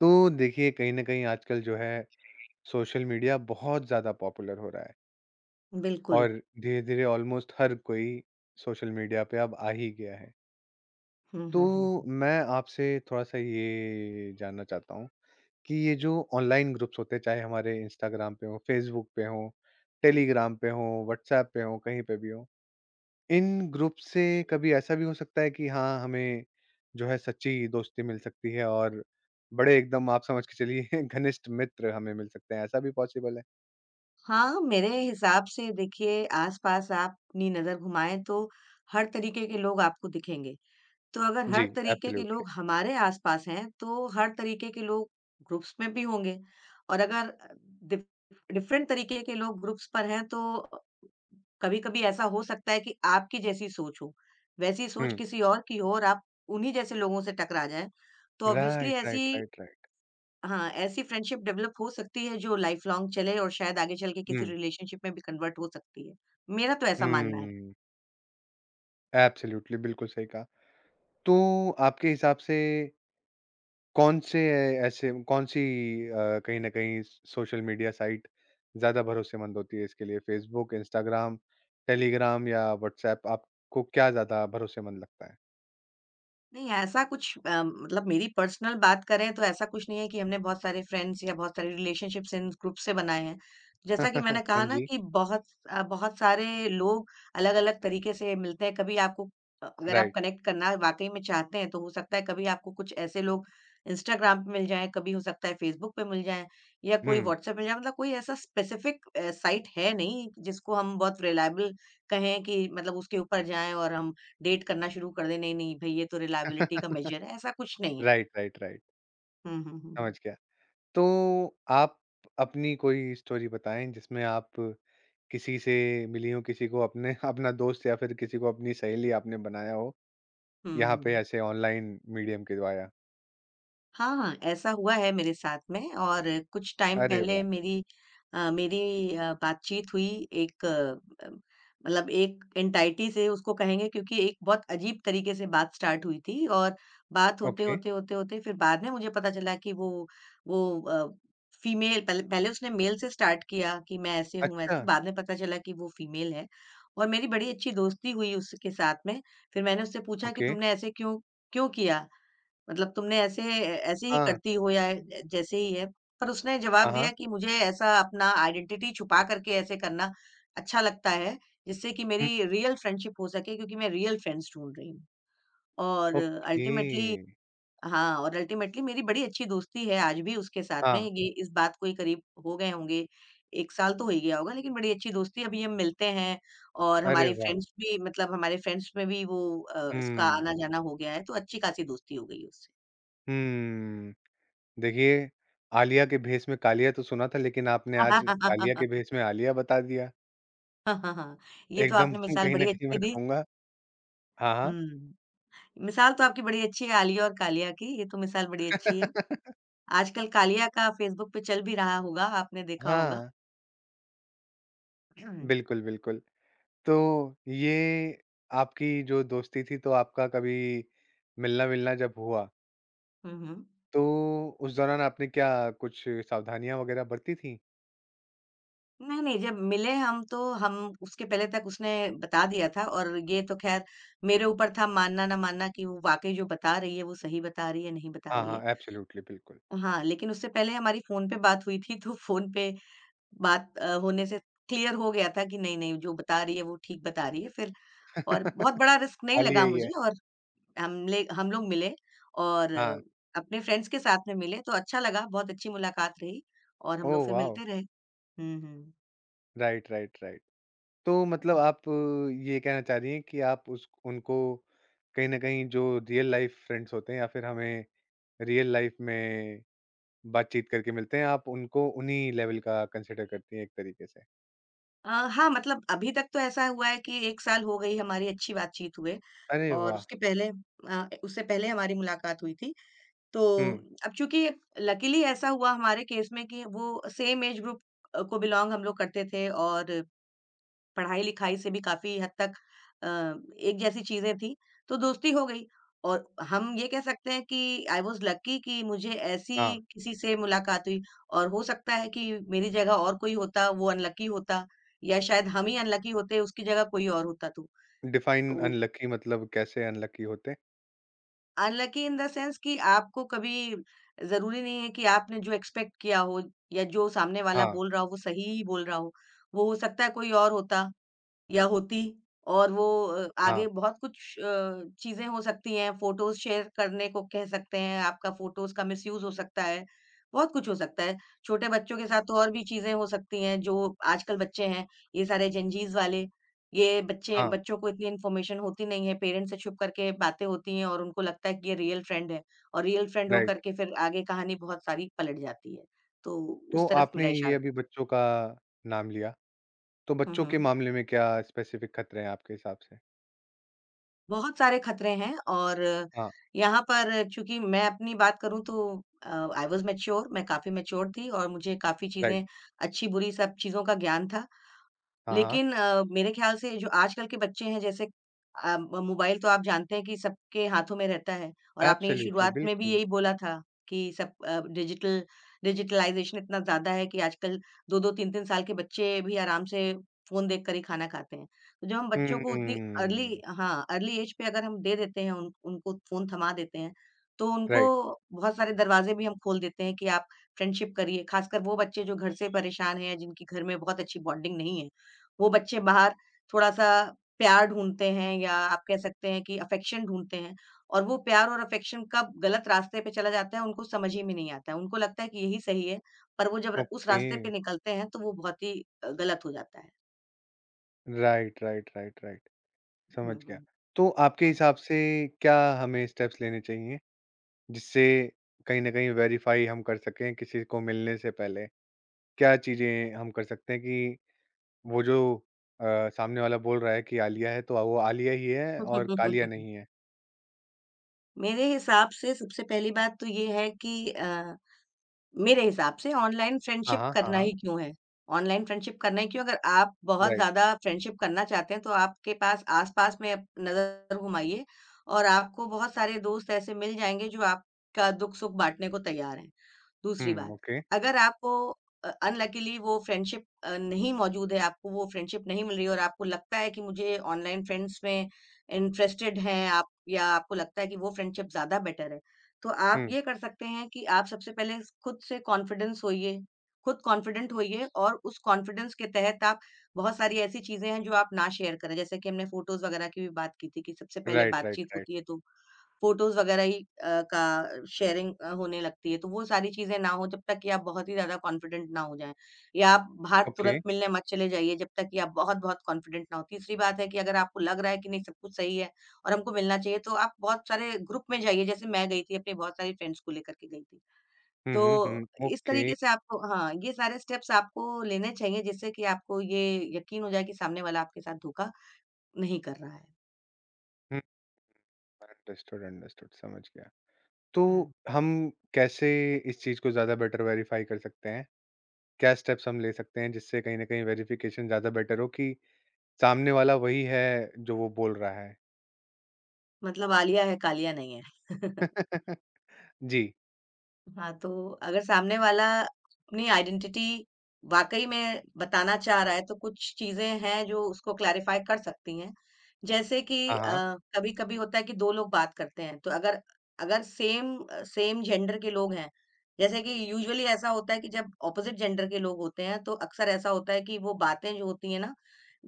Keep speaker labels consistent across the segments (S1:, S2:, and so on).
S1: तो देखिए कहीं न कहीं आजकल जो है सोशल मीडिया बहुत ज़्यादा पॉपुलर हो रहा है
S2: बिल्कुल।
S1: और धीरे-धीरे ऑलमोस्ट हर कोई सोशल मीडिया पे अब आ ही गया है।
S2: हुँ, हुँ,
S1: तो
S2: हुँ।
S1: मैं आपसे थोड़ा-सा ये जानना चाहता हूँ कि ये जो ऑनलाइन ग्रुप्स होते हैं चाहे हमारे इंस्टाग्राम पे हों, फेसबुक पे हों, टेलीग्राम पे हों, व्हाट्सऐप पे हों, कहीं पे भी हों, इन ग्रुप से कभी ऐसा भी हो सकता है कि हाँ, हमें जो है सच्ची दोस्ती मिल सकती है और बड़े एकदम आप समझ के चलिए घनिष्ठ मित्र हमें मिल सकते हैं, ऐसा भी पॉसिबल है?
S2: हाँ, मेरे हिसाब से देखिए आस-पास आप अपनी नज़र घुमाएँ तो हर तरीके के लोग आपको दिखेंगे। तो अगर
S1: जी,
S2: हर तरीके के
S1: एब्सोल्युटली।
S2: लोग हमारे आस-पास हैं, तो हर तरीके के लोग ग्रुप्स में भी होंगे और अगर डिफ डिफरेंट तरीके के लोग ग्रुप्स पर हैं तो कभी-कभी ऐसा हो सकता है कि आपकी जैसी सोच हो, वैसी सोच
S1: हुँ।
S2: किसी और की हो और आप उन्हीं जैसे लोगों से टकरा जाएँ। तो ऑब्वियसली
S1: राइट, राइट,
S2: ऐसी
S1: राइट, राइट।
S2: हाँ, ऐसी फ्रेंडशिप डेवलप हो सकती है जो लाइफ़ लॉन्ग चले और शायद आगे चल के किसी
S1: हुँ।
S2: रिलेशनशिप में भी कन्वर्ट हो सकती है। मेरा तो ऐसा मानना है।
S1: हुँ, एब्सोल्युटली बिल्कुल सही कहा। तो आपके हिसाब से कौन से ऐसे कौन सी कहीं न कहीं सोशल मीडिया साइट ज़्यादा भरोसेमंद होती है इसके लिए? फ़ेसबुक, इंस्टाग्राम, टेलीग्राम या व्हाट्सऐप आपको क्या ज़्यादा भरोसेमंद लगता है?
S2: नहीं, ऐसा कुछ मतलब मेरी पर्सनल बात करें तो ऐसा कुछ नहीं है कि हमने बहुत सारे फ्रेंड्स या बहुत सारे रिलेशनशिप्स इन ग्रुप से बनाए हैं। जैसा कि मैंने
S1: हाँ
S2: कहा ना
S1: जी,
S2: कि बहुत सारे लोग अलग-अलग तरीके से मिलते हैं। कभी आपको अगर आप
S1: राइट।
S2: कनेक्ट करना वाक़ई में चाहते हैं तो हो सकता है कभी आपको कुछ ऐसे लोग इंस्टाग्राम पे मिल जाएँ, कभी हो सकता है फेसबुक पे मिल जाएँ या कोई
S1: हुँ।
S2: व्हाट्सएप मिल जाए। मतलब कोई ऐसा स्पेसिफिक साइट है नहीं जिसको हम बहुत रिलायबल कहें कि मतलब उसके ऊपर जाएँ और हम डेट करना शुरू कर दें, नहीं, नहीं भई ये तो रिलायबिलिटी का मेज़र है, ऐसा कुछ नहीं है।
S1: Right, right, right.
S2: हुँ, हुँ, हुँ, हुँ।
S1: समझ गया। तो आप अपनी कोई स्टोरी बताएँ जिसमें आप किसी से मिली हों, किसी को अपने अपना दोस्त या फिर किसी को अपनी सहेली आपने बनाया हो, यहाँ पे
S2: हुँ।
S1: ऐसे ऑनलाइन मीडियम के द्वारा?
S2: हाँ, हाँ, ऐसा हुआ है मेरे साथ में और कुछ टाइम
S1: अरे
S2: पहले
S1: वाह!
S2: मेरी बातचीत हुई एक मतलब एक एंग्जायटी से उसको कहेंगे क्योंकि एक बहुत अजीब तरीके से बात स्टार्ट हुई थी और बात होते,
S1: ओके।
S2: होते, होते, होते फिर बाद में मुझे पता चला कि वो फीमेल पहले पहले उसने मेल से स्टार्ट किया कि मैं ऐसे हूँ, वैसे
S1: अच्छा।
S2: बाद में पता चला कि वो फीमेल है और मेरी बड़ी अच्छी दोस्ती हुई उसके साथ में। फिर मैंने उससे पूछा कि
S1: ओके,
S2: तुमने ऐसे क्यों क्यों किया? मतलब तुमने ऐसे ऐसे ही
S1: हाँ,
S2: करती हो या जैसे ही है पर उसने जवाब
S1: हाँ,
S2: दिया
S1: हाँ।
S2: कि मुझे ऐसा अपना आइडेंटिटी छुपा करके ऐसे करना अच्छा लगता है जिससे कि
S1: हुँ,
S2: मेरी रियल फ्रेंडशिप हो सके क्योंकि मैं रियल फ्रेंड्स ढूंढ रही हूँ और
S1: ओके,
S2: अल्टीमेटली, हाँ, और अल्टीमेटली मेरी बड़ी अच्छी दोस्ती है आज भी उसके साथ में,
S1: हाँ,
S2: ये इस बात को ही करीब हो गए होंगे, 1 साल तो हो ही गया होगा, लेकिन बड़ी अच्छी दोस्ती है, अभी हम मिलते हैं और
S1: अरे
S2: हमारे
S1: वाह!
S2: फ्रेंड्स भी मतलब हमारे फ्रेंड्स में भी वो इसका
S1: हुँ,
S2: आना जाना हो गया है तो अच्छी खासी दोस्ती हो गई उससे।
S1: हुँ। देखिए, आलिया के भेष में कालिया तो सुना था लेकिन आपने आज कालिया के भेष में आलिया बता दिया।
S2: हाँ, हाँ, हाँ। ये तो
S1: एकदम
S2: आपने मिसाल
S1: कहीं
S2: बड़ी
S1: न कहीं
S2: अच्छी
S1: मैं
S2: दी।
S1: कहूँगा हाँ, हाँ।
S2: हुँ। मिसाल तो आपकी बड़ी अच्छी है आलिया और कालिया की, ये तो मिसाल बड़ी अच्छी है। आजकल कालिया का फ़ेसबुक पे चल भी रहा होगा, आपने देखा होगा।
S1: हाँ,
S2: हुँ,
S1: बिल्कुल, बिल्कुल। तो ये आपकी जो दोस्ती थी तो आपका कभी मिलना-विलना जब हुआ,
S2: हुँ।
S1: तो उस दौरान आपने क्या कुछ सावधानियाँ वगैरह बरती थीं?
S2: नहीं, नहीं, जब मिले हम तो हम उसके पहले तक उसने बता दिया था और ये तो ख़ैर मेरे ऊपर था मानना ना मानना कि वो वाक़ई जो बता रही है, वो सही बता रही है, नहीं बता
S1: हाँ,
S2: रही है।
S1: हाँ, एब्सोल्यूटली, बिल्कुल।
S2: हाँ, लेकिन उससे पहले हमारी फ़ोन पे बात हुई थी, तो फ़ोन पे बात होने से क्लियर हो गया था कि नहीं, नहीं जो बता रही है वो ठीक बता रही है, फिर और बहुत
S1: खाली
S2: बड़ा रिस्क नहीं लगा
S1: यही
S2: मुझे
S1: है।
S2: और हम लोग मिले और
S1: हाँ।
S2: अपने फ्रेंड्स के साथ में मिले तो अच्छा लगा, बहुत अच्छी मुलाकात रही और हम लोग
S1: ओह
S2: फिर
S1: वाओ!
S2: मिलते रहे। हुँ, हुँ।
S1: Right, right, right. तो मतलब आप ये कहना चाह रही हैं कि आप उस उनको कहीं न कहीं जो रियल लाइफ़ फ्रेंड्स होते हैं या फिर हमें रियल लाइफ़ में बातचीत करके मिलते हैं, आप उनको उन्हीं लेवल का कंसिडर करती हैं एक तरीके से।
S2: हाँ, मतलब अभी तक तो ऐसा हुआ है कि 1 साल हो गई हमारी अच्छी बातचीत हुए
S1: अरे
S2: और
S1: वाह!
S2: उससे पहले हमारी मुलाकात हुई थी। तो
S1: हुँ,
S2: अब चूँकि लकीली ऐसा हुआ हमारे केस में कि वो सेम एज ग्रुप को बिलॉन्ग हम लोग करते थे और पढ़ाई-लिखाई से भी काफ़ी हद तक अ, एक जैसी चीज़ें थी, तो दोस्ती हो गई। और हम ये कह सकते हैं कि आई वाज़ लकी कि मुझे ऐसी
S1: हाँ।
S2: किसी से मुलाकात हुई और हो सकता है कि मेरी जगह और कोई होता, वो अनलकी होता, या शायद हम ही अनलकी होते, उसकी जगह कोई और होता तो।
S1: डिफाइन
S2: तो
S1: अनलकी मतलब कैसे अनलकी होते?
S2: अनलकी इन द सेंस कि आपको कभी ज़रूरी नहीं है कि आपने जो एक्सपेक्ट किया हो या जो सामने वाला
S1: हाँ,
S2: बोल रहा हो, वो सही ही बोल रहा हो। वो हो सकता है कोई और होता, या होती, और वो
S1: हाँ,
S2: आगे बहुत कुछ चीज़ें हो सकती हैं, फ़ोटोज़ शेयर करने को कह सकते हैं, आपका फ़ोटोज़ का मिसयूज़ हो सकता है, बहुत कुछ हो सकता है। छोटे बच्चों के साथ तो और भी चीज़ें हो सकती हैं, जो आजकल बच्चे हैं, ये सारे जेनज़ीस वाले, ये बच्चे,
S1: हाँ,
S2: बच्चों को इतनी इन्फॉर्मेशन होती नहीं है, पेरेंट्स से छुप करके बातें होती हैं और उनको लगता है कि ये रियल फ्रेंड है और रियल फ्रेंड होकर
S1: राइट।
S2: के फिर आगे कहानी बहुत सारी पलट जाती है। तो
S1: तो
S2: उस तरफ
S1: आपने
S2: मेरा
S1: ये अभी
S2: इशारा।
S1: बच्चों का नाम लिया, तो
S2: हुँ,
S1: बच्चों के
S2: हुँ।
S1: मामले में क्या स्पेसिफिक खतरे हैं आपके हिसाब से?
S2: बहुत सारे खतरे हैं और
S1: हाँ,
S2: यहाँ पर चूँकि मैं अपनी बात करूँ तो अ, आई वाज़ मैच्योर, मैं काफ़ी मैच्योर थी और मुझे काफ़ी
S1: राइट।
S2: चीज़ें, अच्छी-बुरी सब चीज़ों का ज्ञान था।
S1: हाँ, हाँ।
S2: लेकिन मेरे ख़्याल से जो आजकल के बच्चे हैं, जैसे अ, म मोबाइल तो आप जानते हैं कि सबके हाथों में रहता है और आपने ये
S1: एब्सोल्युटली,
S2: शुरुआत में भी
S1: बिल्कुल।
S2: यही बोला था कि सब डिजिटलाइज़ेशन इतना ज़्यादा है कि आजकल 2-2 3-3 साल के बच्चे भी आराम से फ़ोन देख कर ही खाना खाते हैं। तो जब हम बच्चों को उतनी अर्ली,
S1: हुँ,
S2: हाँ, अर्ली एज पे अगर हम दे देते हैं, उन उनको फ़ोन थमा देते हैं, तो उनको
S1: राइट,
S2: बहुत सारे दरवाज़े भी हम खोल देते हैं कि आप फ्रेंडशिप करिए, ख़ासकर वो बच्चे जो घर से परेशान हैं, जिनकी घर में बहुत अच्छी बॉन्डिंग नहीं है। वो बच्चे बाहर थोड़ा-सा प्यार ढूँढते हैं, या आप कह सकते हैं कि अफ़ेक्शन ढूँढते हैं, और वो प्यार और अफ़ेक्शन कब गलत रास्ते पे चला जाता है, उनको समझ ही में नहीं आता है। उनको लगता है कि यही सही है, पर वो जब र उस
S1: ओके।
S2: रास्ते पे निकलते हैं तो वो बहुत ही गलत हो जाता है।
S1: राइट, राइट, राइट, राइट, समझ
S2: हुँ,
S1: गया।
S2: हुँ,
S1: तो आपके
S2: हाँ।
S1: हिसाब से क्या हमें स्टेप्स लेने चाहिए, जिससे कहीं न कहीं वेरीफ़ाई हम कर सकें किसी को मिलने से पहले? क्या चीज़ें हम कर सकते हैं कि वो जो सामने वाला बोल रहा है कि आलिया है, तो वो आलिया ही है और कालिया नहीं है?
S2: मेरे हिसाब से सबसे पहली बात तो ये है कि मेरे हिसाब से ऑनलाइन
S1: हाँ,
S2: फ्रेंडशिप
S1: हाँ, हाँ,
S2: करना
S1: हाँ,
S2: ही क्यों है? ऑनलाइन फ्रेंडशिप करना ही क्यों? अगर आप बहुत
S1: राइट।
S2: ज़्यादा फ्रेंडशिप करना चाहते हैं, तो आपके पास आस-पास में अप नज़र घुमाइए और आपको बहुत सारे दोस्त ऐसे मिल जाएँगे, जो आपका दुःख-सुख बाँटने को तैयार हैं। दूसरी
S1: हुँ,
S2: बात,
S1: ओके।
S2: अगर आपको अनलकीली वो फ्रेंडशिप नहीं मौजूद है, आपको वो फ्रेंडशिप नहीं मिल रही है और आपको लगता है कि मुझे ऑनलाइन फ्रेंड्स में इंटरेस्टेड हैं आप, या आपको लगता है कि वो फ्रेंडशिप ज़्यादा बेटर है, तो आप
S1: हुँ,
S2: ये कर सकते हैं कि आप सबसे पहले खुद से कॉन्फिडेंस होइए, खुद कॉन्फिडेंट होइए और उस कॉन्फिडेंस के तहत आप, बहुत सारी ऐसी चीज़ें हैं जो आप ना शेयर करें। जैसे कि हमने फ़ोटोज़ वगैरह की भी बात की थी कि सबसे पहले
S1: राइट, राइट,
S2: बातचीत
S1: राइट,
S2: होती है तो फ़ोटोज़ वग़ैरह ही का शेयरिंग होने लगती है, तो वो सारी चीज़ें ना हो जब तक कि आप बहुत ही ज़्यादा कॉन्फिडेंट ना हो जाएँ, या आप बाहर
S1: ओके।
S2: तुरंत मिलने मत चले जाइए जब तक कि आप बहुत-बहुत कॉन्फिडेंट ना हो। तीसरी बात है कि अगर आपको लग रहा है कि नहीं, सब कुछ सही है और हमको मिलना चाहिए, तो आप बहुत सारे ग्रुप में जाइए, जैसे मैं गई थी, अपनी बहुत सारी फ्रेंड्स को लेकर के गई थी।
S1: हुँ,
S2: तो
S1: हुँ, हुँ,
S2: इस
S1: ओके।
S2: तरीके से आपको, हाँ, ये सारे स्टेप्स आपको लेने चाहिए, जिससे कि आपको ये यकीन हो जाए कि सामने वाला आपके साथ धोखा नहीं कर रहा है।
S1: अंडरस्टूड, अंडरस्टूड समझ गया। तो
S2: हुँ।
S1: हम कैसे इस चीज़ को ज़्यादा बेटर वेरीफ़ाई कर सकते हैं? क्या स्टेप्स हम ले सकते हैं जिससे कहीं न कहीं वेरिफ़िकेशन ज़्यादा बेटर हो कि सामने वाला वही है जो वो बोल रहा है?
S2: मतलब आलिया है, कालिया नहीं है।
S1: जी,
S2: हाँ, तो अगर सामने वाला अपनी आइडेंटिटी वाक़ई में बताना चाह रहा है, तो कुछ चीज़ें हैं जो उसको क्लैरिफ़ाई कर सकती हैं। जैसे कि
S1: हाँ, हाँ।
S2: कभी-कभी होता है कि 2 लोग बात करते हैं, तो अगर अगर सेम जेंडर के लोग हैं, जैसे कि यूजुअली ऐसा होता है कि जब ऑपोज़िट जेंडर के लोग होते हैं, तो अक्सर ऐसा होता है कि वो बातें जो होती हैं ना,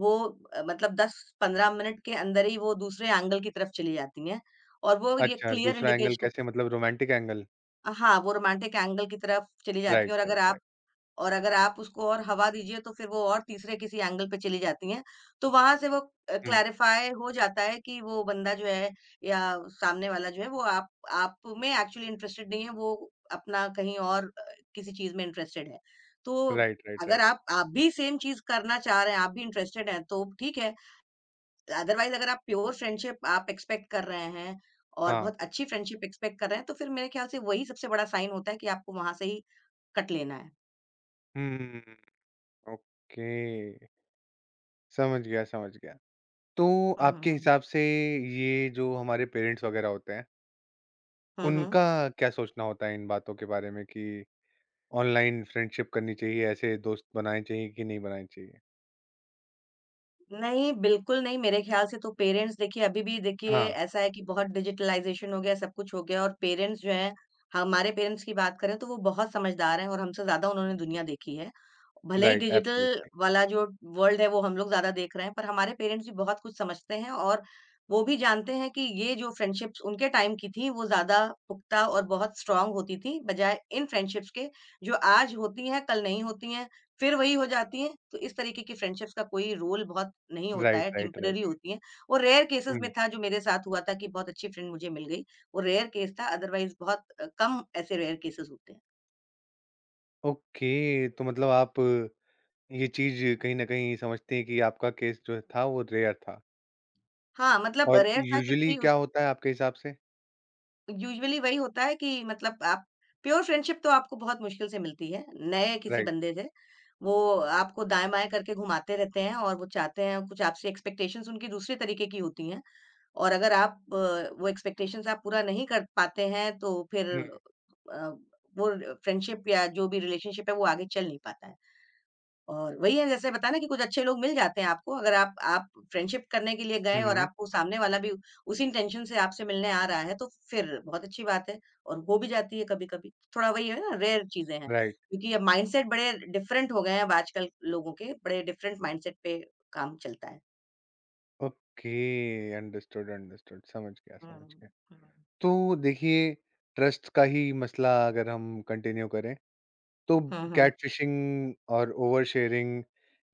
S2: वो मतलब 10-15 मिनट के अंदर ही वो दूसरे एंगल की तरफ चली जाती हैं और वो ये
S1: अच्छा,
S2: क्लियर
S1: दूसरा एंगल
S2: इंडिकेशन
S1: कैसे मतलब रोमांटिक एंगल?
S2: हाँ, वो रोमांटिक एंगल की तरफ चली जाती हैं,
S1: राइट, राइट, राइट।
S2: और अगर आप उसको और हवा दीजिए तो फिर वो और तीसरे किसी एंगल पे चली जाती हैं। तो वहाँ से वो
S1: हुँ,
S2: क्लैरिफ़ाई हो जाता है कि वो बंदा जो है, या सामने वाला जो है, वो आप में एक्चुअली इंटरेस्टेड नहीं है, वो अपना कहीं और किसी चीज़ में इंटरेस्टेड है। तो
S1: राइट, राइट,
S2: अगर
S1: राइट।
S2: आप आप भी सेम चीज़ करना चाह रहे हैं, आप भी इंटरेस्टेड हैं, तो ठीक है। अदरवाइज़ अगर आप प्योर फ्रेंडशिप आप एक्सपेक्ट कर रहे हैं और
S1: हाँ।
S2: बहुत अच्छी फ्रेंडशिप एक्सपेक्ट कर रहे हैं, तो फिर मेरे ख़्याल से वही सबसे बड़ा साइन होता है कि आपको वहाँ से ही कट लेना है।
S1: हम्म, ओके। समझ गया, समझ गया। तो
S2: हुँ, हुँ,
S1: आपके
S2: हुँ।
S1: हिसाब से ये जो हमारे पेरेंट्स वग़ैरह होते हैं
S2: हुँ, हुँ।
S1: उनका क्या सोचना होता है इन बातों के बारे में कि ऑनलाइन फ्रेंडशिप करनी चाहिए, ऐसे दोस्त बनाने चाहिए कि नहीं बनाने चाहिए?
S2: नहीं, बिल्कुल नहीं। मेरे ख़्याल से तो पेरेंट्स, देखिए अभी भी देखिए
S1: हाँ,
S2: ऐसा है कि बहुत डिजिटलाइज़ेशन हो गया, सब कुछ हो गया, और पेरेंट्स जो हैं, हमारे पेरेंट्स की बात करें तो वो बहुत समझदार हैं, और हमसे ज़्यादा उन्होंने दुनिया देखी है। भले ही
S1: राइट,
S2: डिजिटल
S1: एब्सोल्युटली।
S2: वाला जो वर्ल्ड है वो हम लोग ज़्यादा देख रहे हैं, पर हमारे पेरेंट्स भी बहुत कुछ समझते हैं, और वो भी जानते हैं कि ये जो फ्रेंडशिप्स उनके टाइम की थी, वो ज़्यादा पुख्ता और बहुत स्ट्रॉन्ग होती थी, बजाय इन फ्रेंडशिप्स के जो आज होती हैं, कल नहीं होती हैं। फिर वही हो जाती है, तो इस तरीके की फ्रेंडशिप्स का कोई रोल बहुत नहीं होता है,
S1: राइट, राइट, राइट।
S2: टेम्परेरी होती हैं। और रेयर केसेज़ में
S1: हुँ,
S2: था जो मेरे साथ हुआ था कि बहुत अच्छी फ्रेंड मुझे मिल गई, वो रेयर केस था। अदरवाइज़ बहुत कम ऐसे रेयर केसेज़ होते हैं।
S1: ओके तो मतलब आप ये चीज़ कहीं न कहीं समझते हैं कि आपका केस जो था वो रेयर था
S2: हाँ, मतलब
S1: और
S2: रेयर था,
S1: यूजुअली
S2: क्योंकि
S1: क्या
S2: उस।
S1: होता है आपके हिसाब से?
S2: यूजुअली वही होता है कि मतलब आप, प्योर फ्रेंडशिप तो आपको बहुत मुश्किल से मिलती है, नए किसी
S1: राइट।
S2: बंदे से। वो आपको दाएँ-बाएँ करके घुमाते रहते हैं, और वो चाहते हैं कुछ, आपसे एक्सपेक्टेशंस उनकी दूसरे तरीके की होती हैं। और अगर आप, वो एक्सपेक्टेशंस आप पूरा नहीं कर पाते हैं, तो फिर
S1: हुँ,
S2: अ, वो फ्रेंडशिप या जो भी रिलेशनशिप है, वो आगे चल नहीं पाता है। और वही है, जैसे बताया ना कि कुछ अच्छे लोग मिल जाते हैं आपको, अगर आप फ्रेंडशिप करने के लिए
S1: हुँ,
S2: गए और
S1: हुँ,
S2: आपको सामने वाला भी उसी इंटेंशन से आपसे मिलने आ रहा है, तो फिर बहुत अच्छी बात है, और हो भी जाती है कभी-कभी। थोड़ा वही है ना, रेयर चीज़ें हैं,
S1: राइट।
S2: क्योंकि अब माइंडसेट बड़े डिफरेंट हो गए हैं। अब आजकल लोगों के, बड़े डिफरेंट माइंडसेट पे काम चलता है।
S1: ओके, अंडरस्टूड, अंडरस्टूड समझ गया,
S2: हुँ,
S1: समझ गया।
S2: हुँ,
S1: तो देखिए ट्रस्ट का ही मसला अगर हम कंटिन्यू करें तो
S2: हुँ, हुँ, हुँ।
S1: कैटफिशिंग और ओवर शेयरिंग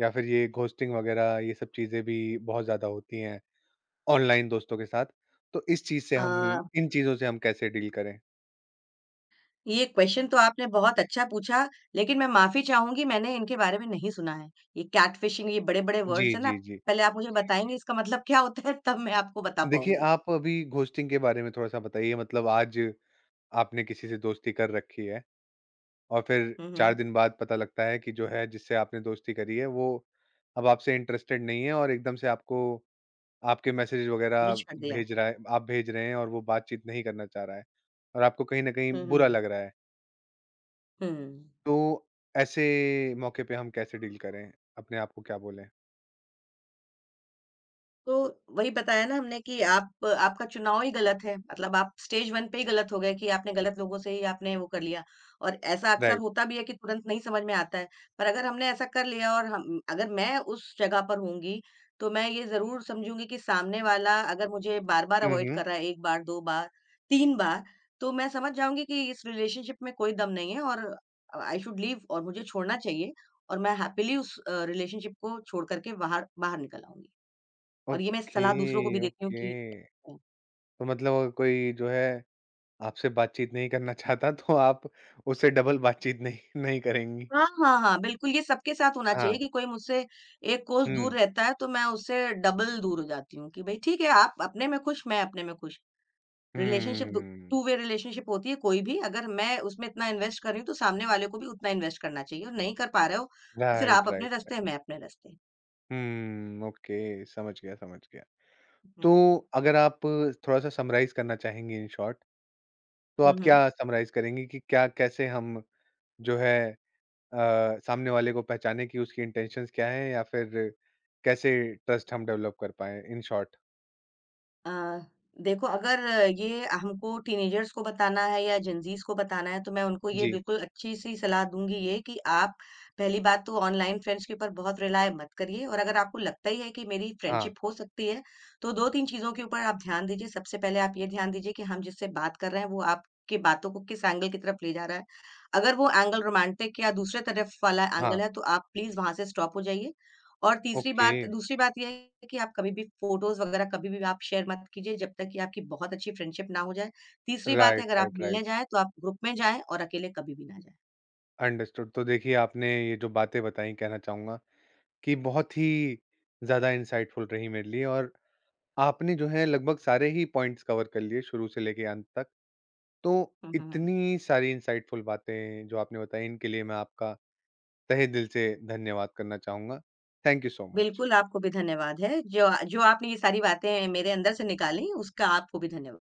S1: या फिर ये घोस्टिंग वगैरह ये सब चीज़ें भी बहुत ज़्यादा होती हैं ऑनलाइन दोस्तों के साथ। तो इस चीज़ से
S2: अ,
S1: हम इन चीज़ों से हम कैसे डील करें?
S2: ये क्वेश्चन तो आपने बहुत अच्छा पूछा, लेकिन मैं माफ़ी चाहूँगी, मैंने इनके बारे में नहीं सुना है। ये कैटफिशिंग, ये बड़े-बड़े वर्ड्स
S1: जी,
S2: हैं ना,
S1: जी, जी।
S2: पहले आप मुझे बताएँगे इसका मतलब क्या होता है, तब मैं आपको बता
S1: देखिए,
S2: पाऊँगी।
S1: आप अभी घोस्टिंग के बारे में थोड़ा-सा बताइए मतलब आज आपने किसी से दोस्ती कर रखी है और फिर
S2: हुँ,
S1: 4
S2: हुँ।
S1: दिन बाद पता लगता है कि जो है जिससे आपने दोस्ती करी है वो अब आपसे इंटरेस्टेड नहीं है और एकदम से आपको आपके मैसेज
S2: मैंने
S1: वगैरह
S2: छोड़ दिया है।
S1: भेज रहा है आप भेज रहे हैं और वो बातचीत नहीं करना चाह रहा है और आपको कहीं न कहीं
S2: हुँ, हुँ,
S1: बुरा
S2: हुँ।
S1: लग रहा है।
S2: हुँ।
S1: तो ऐसे मौके पे हम कैसे डील करें? अपने आप को क्या बोलें?
S2: तो वही बताया ना हमने कि आप, आपका चुनाव ही गलत है। मतलब आप स्टेज वन पे ही गलत हो गए कि आपने गलत लोगों से ही आपने वो कर लिया, और ऐसा अक्सर
S1: राइट।
S2: होता भी है कि तुरंत नहीं समझ में आता है। पर अगर हमने ऐसा कर लिया, और हम, अगर मैं उस जगह पर होंगी तो मैं ये जरूर समझूंगी कि सामने वाला अगर मुझे बार बार
S1: हुँ,
S2: अवॉइड
S1: हुँ।
S2: कर रहा है, एक बार, दो बार, तीन बार, तो मैं समझ जाऊंगी कि इस रिलेशनशिप में कोई दम नहीं है, और आई शुड लीव, और मुझे छोड़ना चाहिए। और मैं हैप्पीली उस रिलेशनशिप को छोड़ करके बाहर बाहर निकल आऊंगी। और ये मैं सलाह दूसरों को भी
S1: ओके,
S2: देती हूँ कि,
S1: ओके। तो मतलब अगर कोई जो है आपसे बातचीत नहीं करना चाहता तो आप उससे डबल बातचीत नहीं नहीं करेंगी।
S2: हाँ, हाँ, हाँ, बिल्कुल ये सबके साथ होना चाहिए
S1: हाँ।
S2: कि कोई मुझसे एक कोस दूर
S1: हुँ।
S2: रहता है तो मैं उससे डबल दूर हो जाती हूँ, कि भाई ठीक है, आप अपने में खुश, मैं अपने में खुश। रिलेशनशिप, दो
S1: हुँ।
S2: टू वे रिलेशनशिप होती है। कोई भी, अगर मैं उसमें इतना इन्वेस्ट कर रही हूँ तो सामने वाले को भी उतना इन्वेस्ट करना चाहिए, और नहीं कर पा रहे हो तो फिर आप
S1: राइट,
S2: अपने
S1: राइट,
S2: रास्ते,
S1: राइट।
S2: मैं अपने रास्ते।
S1: हुँ, ओके समझ गया, समझ गया।
S2: हुँ, हुँ।
S1: तो अगर आप थोड़ा-सा समराइज़ करना चाहेंगी इन शॉर्ट, तो
S2: हुँ,
S1: आप
S2: हुँ।
S1: क्या समराइज़ करेंगी कि क्या कैसे हम जो है सामने वाले को पहचानें कि उसकी इंटेंशंस क्या हैं या फिर कैसे ट्रस्ट हम डेवलप कर पाएँ इन शॉर्ट?
S2: अ, देखो, अगर ये हमको टीनेजर्स को बताना है या जेनज़ीज़ को बताना है, तो मैं उनको ये
S1: जी।
S2: बिल्कुल अच्छी-सी सलाह दूँगी, ये कि आप, पहली बात तो ऑनलाइन फ्रेंड्स के ऊपर बहुत रिलाय मत करिए, और अगर आपको लगता ही है कि मेरी
S1: हाँ,
S2: फ्रेंडशिप हो सकती है, तो 2-3 चीज़ों के ऊपर आप ध्यान दीजिए। सबसे पहले आप ये ध्यान दीजिए कि हम जिससे बात कर रहे हैं, वो आपकी बातों को किस एंगल की तरफ ले जा रहा है। अगर वो एंगल रोमांटिक या दूसरे तरफ वाला एंगल
S1: हाँ।
S2: है, तो आप प्लीज़ वहाँ से स्टॉप हो जाइए। और तीसरी
S1: ओके।
S2: बात दूसरी बात ये है कि आप कभी भी फ़ोटोज़ वग़ैरह कभी भी आप शेयर मत कीजिए, जब तक कि आपकी बहुत अच्छी फ्रेंडशिप ना हो जाए। तीसरी बात है,
S1: राइट,
S2: अगर आप
S1: राइट,
S2: मिलने
S1: राइट।
S2: जाएँ तो आप ग्रुप में जाएँ, और अकेले कभी भी ना जाएँ।
S1: अंडरस्टूड। तो देखिए आपने ये जो बातें बताई कहना चाहूँगा कि बहुत ही ज़्यादा इंसाइटफुल रही मेरे लिए और आपने जो है लगभग सारे ही पॉइंट्स कवर कर लिए शुरू से लेके अंत तक। तो
S2: हुँ, हुँ, हुँ।
S1: इतनी सारी इंसाइटफुल बातें जो आपने बताई इनके लिए मैं आपका तहे दिल से धन्यवाद करना चाहूंगा थैंक यू सो मच
S2: बिल्कुल आपको भी धन्यवाद है। जो जो आपने ये सारी बातें मेरे अंदर से निकाली, उसका आपको भी धन्यवाद।